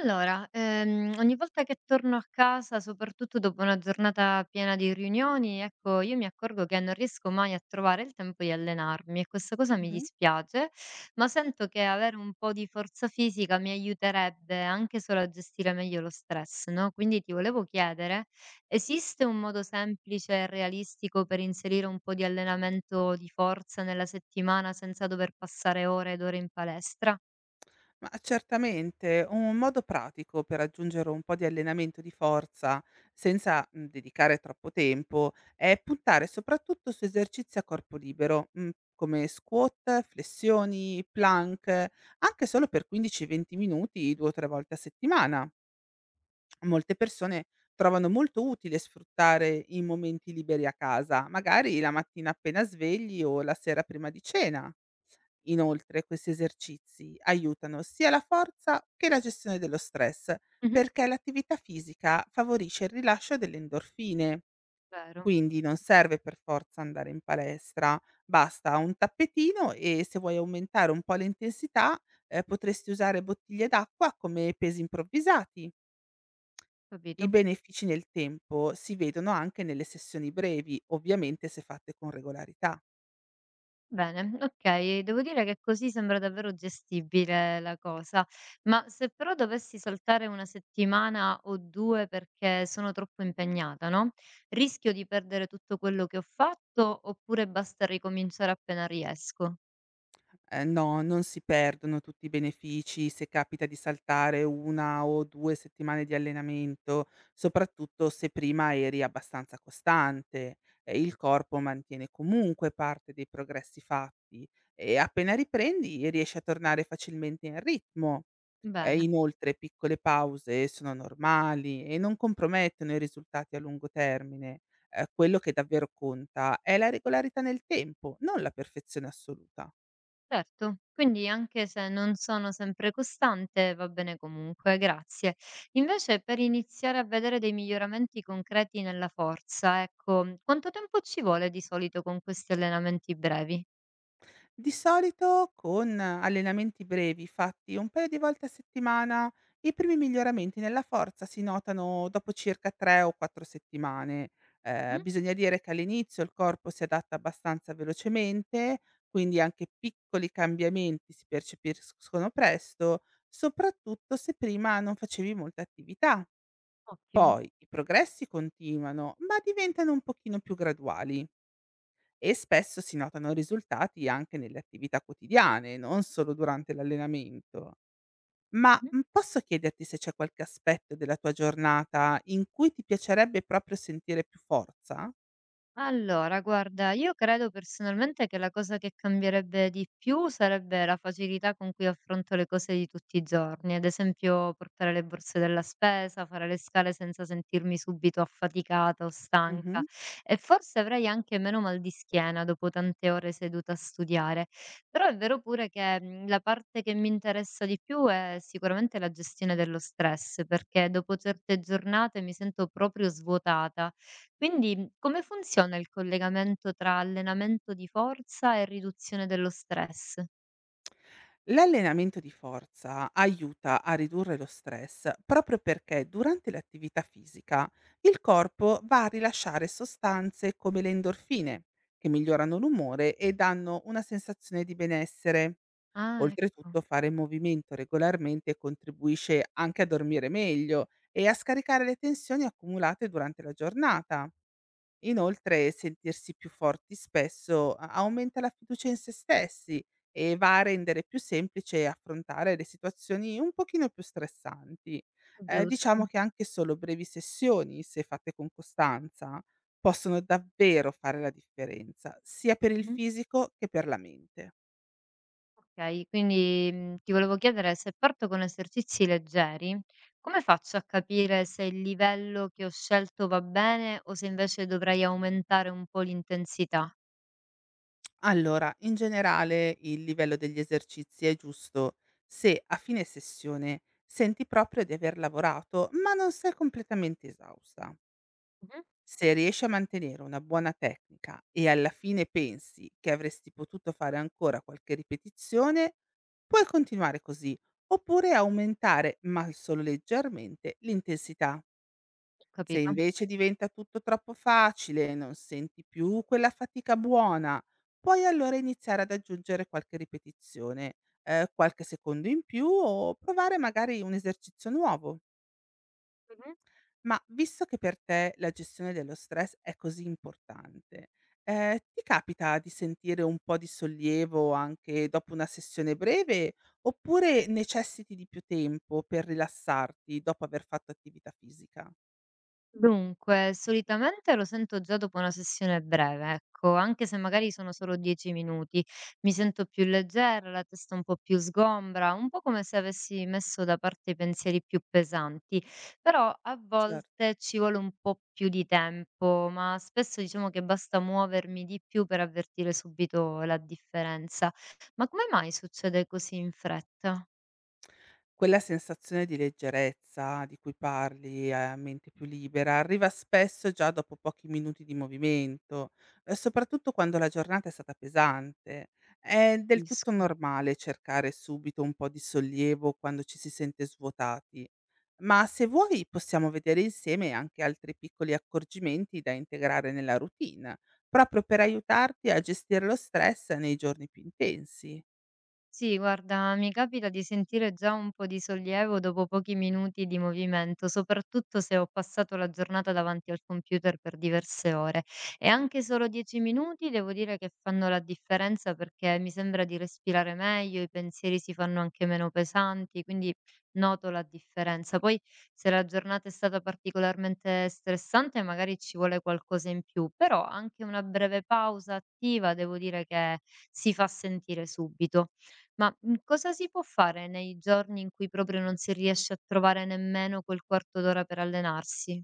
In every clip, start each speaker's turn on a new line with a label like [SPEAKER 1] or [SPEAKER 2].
[SPEAKER 1] Allora, ogni volta che torno a casa, soprattutto dopo una giornata piena di riunioni, ecco, io mi accorgo che non riesco mai a trovare il tempo di allenarmi e questa cosa mi
[SPEAKER 2] Mh-mh.
[SPEAKER 1] dispiace, ma sento che avere un po' di forza fisica mi aiuterebbe anche solo a gestire meglio lo stress, no? Quindi ti volevo chiedere, esiste un modo semplice e realistico per inserire un po' di allenamento di forza nella settimana senza dover passare ore ed ore in palestra?
[SPEAKER 2] Ma certamente, un modo pratico per aggiungere un po' di allenamento di forza senza, dedicare troppo tempo è puntare soprattutto su esercizi a corpo libero, come squat, flessioni, plank, anche solo per 15, 20 minuti 2 o 3 volte a settimana. Molte persone trovano molto utile sfruttare i momenti liberi a casa, magari la mattina appena svegli o la sera prima di cena. Inoltre questi esercizi aiutano sia la forza che la gestione dello stress,
[SPEAKER 1] Mhm.
[SPEAKER 2] perché l'attività fisica favorisce il rilascio delle endorfine,
[SPEAKER 1] Vero.
[SPEAKER 2] quindi non serve per forza andare in palestra, basta un tappetino e se vuoi aumentare un po' l'intensità potresti usare bottiglie d'acqua come pesi improvvisati. I
[SPEAKER 1] Capito.
[SPEAKER 2] benefici nel tempo si vedono anche nelle sessioni brevi, ovviamente se fatte con regolarità.
[SPEAKER 1] Bene, okay, devo dire che così sembra davvero gestibile la cosa. Ma se però dovessi saltare 1 settimana o 2 perché sono troppo impegnata, no, rischio di perdere tutto quello che ho fatto oppure basta ricominciare appena riesco?
[SPEAKER 2] No, non si perdono tutti i benefici se capita di saltare 1 o 2 settimane di allenamento, soprattutto se prima eri abbastanza costante. Il corpo mantiene comunque parte dei progressi fatti e appena riprendi riesci a tornare facilmente in ritmo.
[SPEAKER 1] Bene.
[SPEAKER 2] Inoltre piccole pause sono normali e non compromettono i risultati a lungo termine. Quello che davvero conta è la regolarità nel tempo, non la perfezione assoluta.
[SPEAKER 1] Certo, quindi anche se non sono sempre costante, va bene comunque, grazie. Invece per iniziare a vedere dei miglioramenti concreti nella forza, ecco, quanto tempo ci vuole di solito con questi allenamenti brevi?
[SPEAKER 2] Di solito con allenamenti brevi fatti un paio di volte a settimana, i primi miglioramenti nella forza si notano dopo circa 3 o 4 settimane.
[SPEAKER 1] Mm?
[SPEAKER 2] Bisogna dire che all'inizio il corpo si adatta abbastanza velocemente, quindi anche piccoli cambiamenti si percepiscono presto, soprattutto se prima non facevi molta attività.
[SPEAKER 1] Ottimo.
[SPEAKER 2] Poi i progressi continuano, ma diventano un pochino più graduali. E spesso si notano risultati anche nelle attività quotidiane, non solo durante l'allenamento. Ma, posso chiederti se c'è qualche aspetto della tua giornata in cui ti piacerebbe proprio sentire più forza?
[SPEAKER 1] Allora, guarda, io credo personalmente che la cosa che cambierebbe di più sarebbe la facilità con cui affronto le cose di tutti i giorni, ad esempio portare le borse della spesa, fare le scale senza sentirmi subito affaticata o
[SPEAKER 2] Mh-mh.
[SPEAKER 1] stanca e forse avrei anche meno mal di schiena dopo tante ore seduta a studiare, però è vero pure che la parte che mi interessa di più è sicuramente la gestione dello stress, perché dopo certe giornate mi sento proprio svuotata. Quindi, come funziona il collegamento tra allenamento di forza e riduzione dello stress?
[SPEAKER 2] L'allenamento di forza aiuta a ridurre lo stress proprio perché durante l'attività fisica il corpo va a rilasciare sostanze come le endorfine, che migliorano l'umore e danno una sensazione di benessere.
[SPEAKER 1] Ah, ecco.
[SPEAKER 2] Oltretutto fare movimento regolarmente contribuisce anche a dormire meglio e a scaricare le tensioni accumulate durante la giornata. Inoltre sentirsi più forti spesso aumenta la fiducia in se stessi e va a rendere più semplice affrontare le situazioni un pochino più stressanti.
[SPEAKER 1] Giusto.
[SPEAKER 2] Diciamo che anche solo brevi sessioni, se fatte con costanza, possono davvero fare la differenza, sia per il
[SPEAKER 1] Mh-mh.
[SPEAKER 2] fisico che per la mente.
[SPEAKER 1] Okay, quindi, ti volevo chiedere se parto con esercizi leggeri, come faccio a capire se il livello che ho scelto va bene o se invece dovrei aumentare un po' l'intensità?
[SPEAKER 2] Allora, in generale il livello degli esercizi è giusto se a fine sessione senti proprio di aver lavorato, ma non sei completamente esausta.
[SPEAKER 1] Mh-mh.
[SPEAKER 2] Se riesci a mantenere una buona tecnica e alla fine pensi che avresti potuto fare ancora qualche ripetizione, puoi continuare così, oppure aumentare, ma solo leggermente, l'intensità. Se
[SPEAKER 1] Capito?
[SPEAKER 2] invece diventa tutto troppo facile e non senti più quella fatica buona, puoi allora iniziare ad aggiungere qualche ripetizione, qualche secondo in più o provare magari un esercizio nuovo. Ma visto che per te la gestione dello stress è così importante, ti capita di sentire un po' di sollievo anche dopo una sessione breve oppure necessiti di più tempo per rilassarti dopo aver fatto attività fisica?
[SPEAKER 1] Dunque, solitamente lo sento già dopo una sessione breve, ecco, anche se magari sono solo 10 minuti, mi sento più leggera, la testa un po' più sgombra, un po' come se avessi messo da parte i pensieri più pesanti, però a
[SPEAKER 2] Certo.
[SPEAKER 1] volte ci vuole un po' più di tempo, ma spesso diciamo che basta muovermi di più per avvertire subito la differenza. Ma come mai succede così in fretta?
[SPEAKER 2] Quella sensazione di leggerezza di cui parli, a mente più libera, arriva spesso già dopo pochi minuti di movimento, soprattutto quando la giornata è stata pesante. È del tutto
[SPEAKER 1] Capisco.
[SPEAKER 2] normale cercare subito un po' di sollievo quando ci si sente svuotati, ma se vuoi possiamo vedere insieme anche altri piccoli accorgimenti da integrare nella routine, proprio per aiutarti a gestire lo stress nei giorni più intensi.
[SPEAKER 1] Sì, guarda, mi capita di sentire già un po' di sollievo dopo pochi minuti di movimento, soprattutto se ho passato la giornata davanti al computer per diverse ore. E anche solo dieci minuti devo dire che fanno la differenza perché mi sembra di respirare meglio, i pensieri si fanno anche meno pesanti, quindi noto la differenza. Poi, se la giornata è stata particolarmente stressante, magari ci vuole qualcosa in più, però anche una breve pausa attiva devo dire che si fa sentire subito. Ma, cosa si può fare nei giorni in cui proprio non si riesce a trovare nemmeno quel quarto d'ora per allenarsi?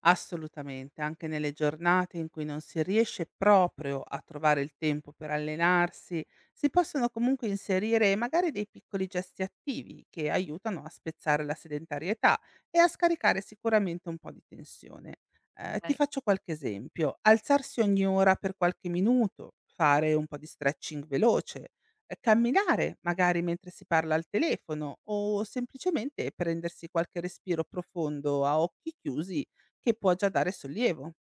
[SPEAKER 2] Assolutamente, anche nelle giornate in cui non si riesce proprio a trovare il tempo per allenarsi, si possono comunque inserire magari dei piccoli gesti attivi che aiutano a spezzare la sedentarietà e a scaricare sicuramente un po' di tensione. Ti
[SPEAKER 1] Okay.
[SPEAKER 2] faccio qualche esempio: alzarsi ogni ora per qualche minuto, fare un po' di stretching veloce, camminare magari mentre si parla al telefono o semplicemente prendersi qualche respiro profondo a occhi chiusi che può già dare sollievo.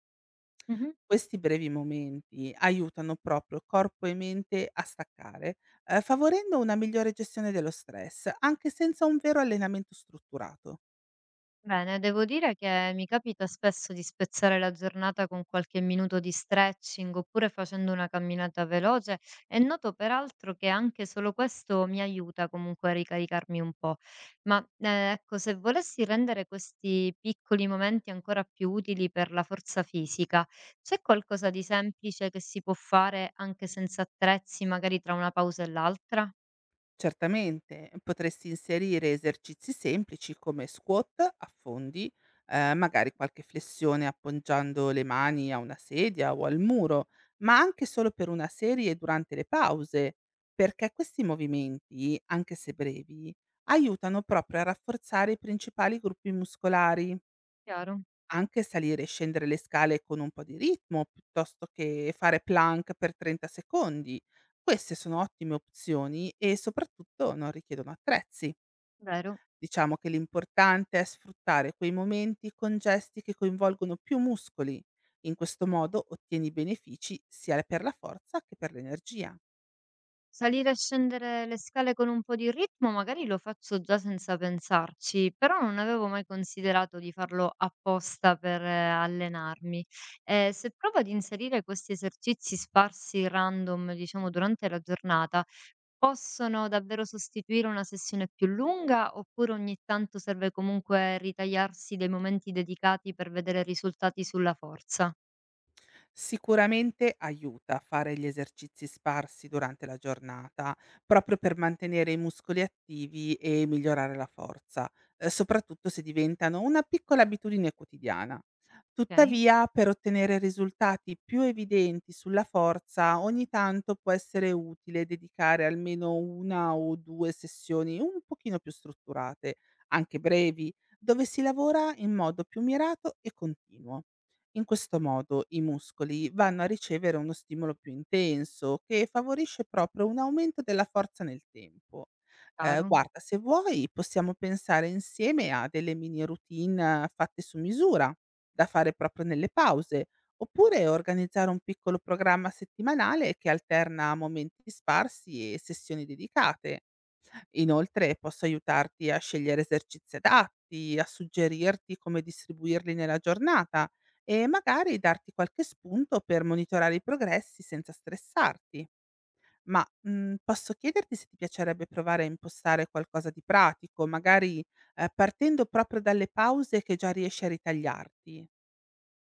[SPEAKER 1] Mh-mh.
[SPEAKER 2] Questi brevi momenti aiutano proprio corpo e mente a staccare, favorendo una migliore gestione dello stress, anche senza un vero allenamento strutturato.
[SPEAKER 1] Bene, devo dire che mi capita spesso di spezzare la giornata con qualche minuto di stretching oppure facendo una camminata veloce e noto peraltro che anche solo questo mi aiuta comunque a ricaricarmi un po'. Ma ecco, se volessi rendere questi piccoli momenti ancora più utili per la forza fisica, c'è qualcosa di semplice che si può fare anche senza attrezzi, magari tra una pausa e l'altra?
[SPEAKER 2] Certamente, potresti inserire esercizi semplici come squat, affondi, magari qualche flessione appoggiando le mani a una sedia o al muro, ma anche solo per una serie durante le pause, perché questi movimenti, anche se brevi, aiutano proprio a rafforzare i principali gruppi muscolari.
[SPEAKER 1] Chiaro?
[SPEAKER 2] Anche salire e scendere le scale con un po' di ritmo, piuttosto che fare plank per 30 secondi. Queste sono ottime opzioni e soprattutto non richiedono attrezzi.
[SPEAKER 1] Vero?
[SPEAKER 2] Diciamo che l'importante è sfruttare quei momenti con gesti che coinvolgono più muscoli. In questo modo ottieni benefici sia per la forza che per l'energia.
[SPEAKER 1] Salire e scendere le scale con un po' di ritmo magari lo faccio già senza pensarci, però non avevo mai considerato di farlo apposta per allenarmi. Se provo ad inserire questi esercizi sparsi random, diciamo, durante la giornata, possono davvero sostituire una sessione più lunga oppure ogni tanto serve comunque ritagliarsi dei momenti dedicati per vedere risultati sulla forza?
[SPEAKER 2] Sicuramente aiuta a fare gli esercizi sparsi durante la giornata, proprio per mantenere i muscoli attivi e migliorare la forza, soprattutto se diventano una piccola abitudine quotidiana.
[SPEAKER 1] Ok,
[SPEAKER 2] Tuttavia, per ottenere risultati più evidenti sulla forza, ogni tanto può essere utile dedicare almeno una o due sessioni un pochino più strutturate, anche brevi, dove si lavora in modo più mirato e continuo. In questo modo i muscoli vanno a ricevere uno stimolo più intenso che favorisce proprio un aumento della forza nel tempo.
[SPEAKER 1] chiaro.
[SPEAKER 2] Guarda, se vuoi possiamo pensare insieme a delle mini routine fatte su misura, da fare proprio nelle pause, oppure organizzare un piccolo programma settimanale che alterna momenti sparsi e sessioni dedicate. Inoltre posso aiutarti a scegliere esercizi adatti, a suggerirti come distribuirli nella giornata e magari darti qualche spunto per monitorare i progressi senza stressarti. Ma posso chiederti se ti piacerebbe provare a impostare qualcosa di pratico, magari partendo proprio dalle pause che già riesci a ritagliarti.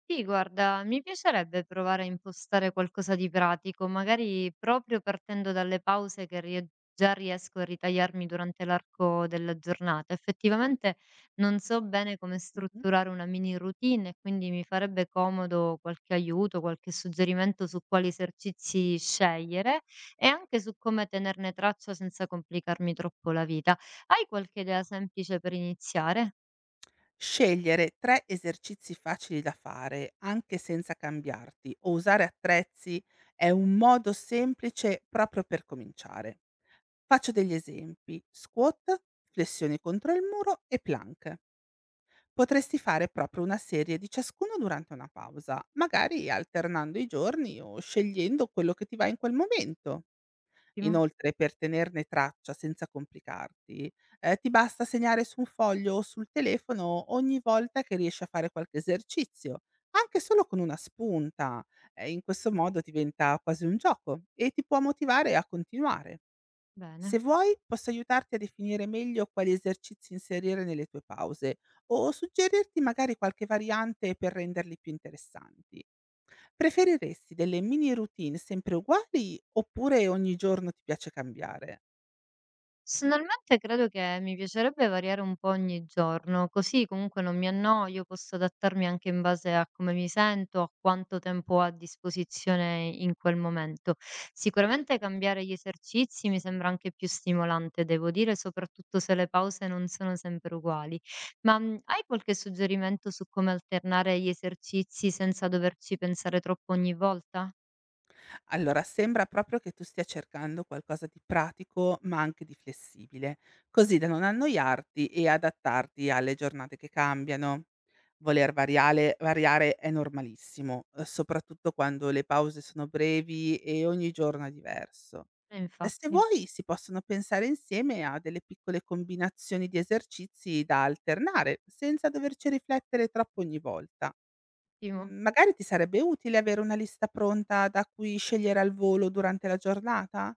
[SPEAKER 1] Sì, guarda, mi piacerebbe provare a impostare qualcosa di pratico, magari proprio partendo dalle pause che già riesco a ritagliarmi durante l'arco della giornata. Effettivamente non so bene come
[SPEAKER 2] Mhm.
[SPEAKER 1] strutturare una mini routine, e quindi mi farebbe comodo qualche aiuto, qualche suggerimento su quali esercizi scegliere e anche su come tenerne traccia senza complicarmi troppo la vita. Hai qualche idea semplice per iniziare?
[SPEAKER 2] Scegliere tre esercizi facili da fare, anche senza cambiarti, o usare attrezzi è un modo semplice proprio per cominciare. Faccio degli esempi: squat, flessioni contro il muro e plank. Potresti fare proprio una serie di ciascuno durante una pausa, magari alternando i giorni o scegliendo quello che ti va in quel momento.
[SPEAKER 1] Ottimo.
[SPEAKER 2] Inoltre, per tenerne traccia senza complicarti, ti basta segnare su un foglio o sul telefono ogni volta che riesci a fare qualche esercizio, anche solo con una spunta. In questo modo diventa quasi un gioco e ti può motivare a continuare.
[SPEAKER 1] Bene.
[SPEAKER 2] Se vuoi, posso aiutarti a definire meglio quali esercizi inserire nelle tue pause o suggerirti magari qualche variante per renderli più interessanti. Preferiresti delle mini routine sempre uguali oppure ogni giorno ti piace cambiare?
[SPEAKER 1] Personalmente credo che mi piacerebbe variare un po' ogni giorno, così comunque non mi annoio, posso adattarmi anche in base a come mi sento, a quanto tempo ho a disposizione in quel momento. Sicuramente cambiare gli esercizi mi sembra anche più stimolante, devo dire, soprattutto se le pause non sono sempre uguali. Ma hai qualche suggerimento su come alternare gli esercizi senza doverci pensare troppo ogni volta?
[SPEAKER 2] Allora, sembra proprio che tu stia cercando qualcosa di pratico, ma anche di flessibile, così da non annoiarti e adattarti alle giornate che cambiano. Voler variare, variare è normalissimo, soprattutto quando le pause sono brevi e ogni giorno è diverso. E se
[SPEAKER 1] Infatti.
[SPEAKER 2] vuoi, si possono pensare insieme a delle piccole combinazioni di esercizi da alternare, senza doverci riflettere troppo ogni volta.
[SPEAKER 1] Ottimo.
[SPEAKER 2] Magari ti sarebbe utile avere una lista pronta da cui scegliere al volo durante la giornata?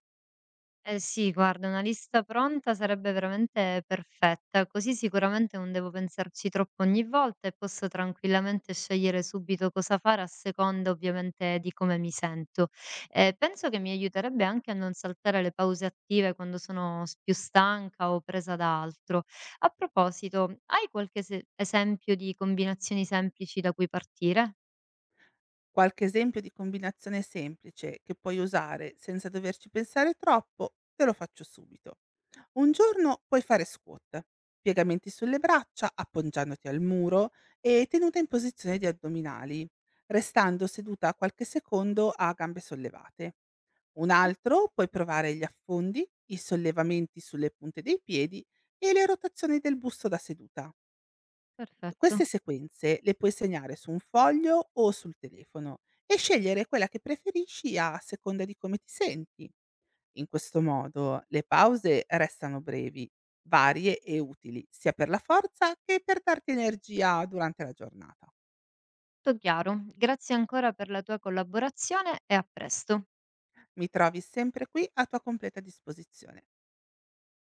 [SPEAKER 1] Eh sì, guarda, una lista pronta sarebbe veramente perfetta, così sicuramente non devo pensarci troppo ogni volta e posso tranquillamente scegliere subito cosa fare a seconda ovviamente di come mi sento. Penso che mi aiuterebbe anche a non saltare le pause attive quando sono più stanca o presa da altro. A proposito, hai qualche esempio di combinazioni semplici da cui partire?
[SPEAKER 2] Qualche esempio di combinazione semplice che puoi usare senza doverci pensare troppo? Te lo faccio subito. Un giorno puoi fare squat, piegamenti sulle braccia appoggiandoti al muro e tenuta in posizione di addominali, restando seduta qualche secondo a gambe sollevate. Un
[SPEAKER 1] Mhm.
[SPEAKER 2] altro puoi provare gli affondi, i sollevamenti sulle punte dei piedi e le rotazioni del busto da seduta. Queste
[SPEAKER 1] Perfetto,
[SPEAKER 2] sequenze le puoi segnare su un foglio o sul telefono e scegliere quella che preferisci a seconda di come ti senti. In questo modo le pause restano brevi, varie e utili, sia per la forza che per darti energia durante la giornata.
[SPEAKER 1] tutto chiaro. Grazie ancora per la tua collaborazione e a presto.
[SPEAKER 2] Mi trovi sempre qui a tua completa disposizione.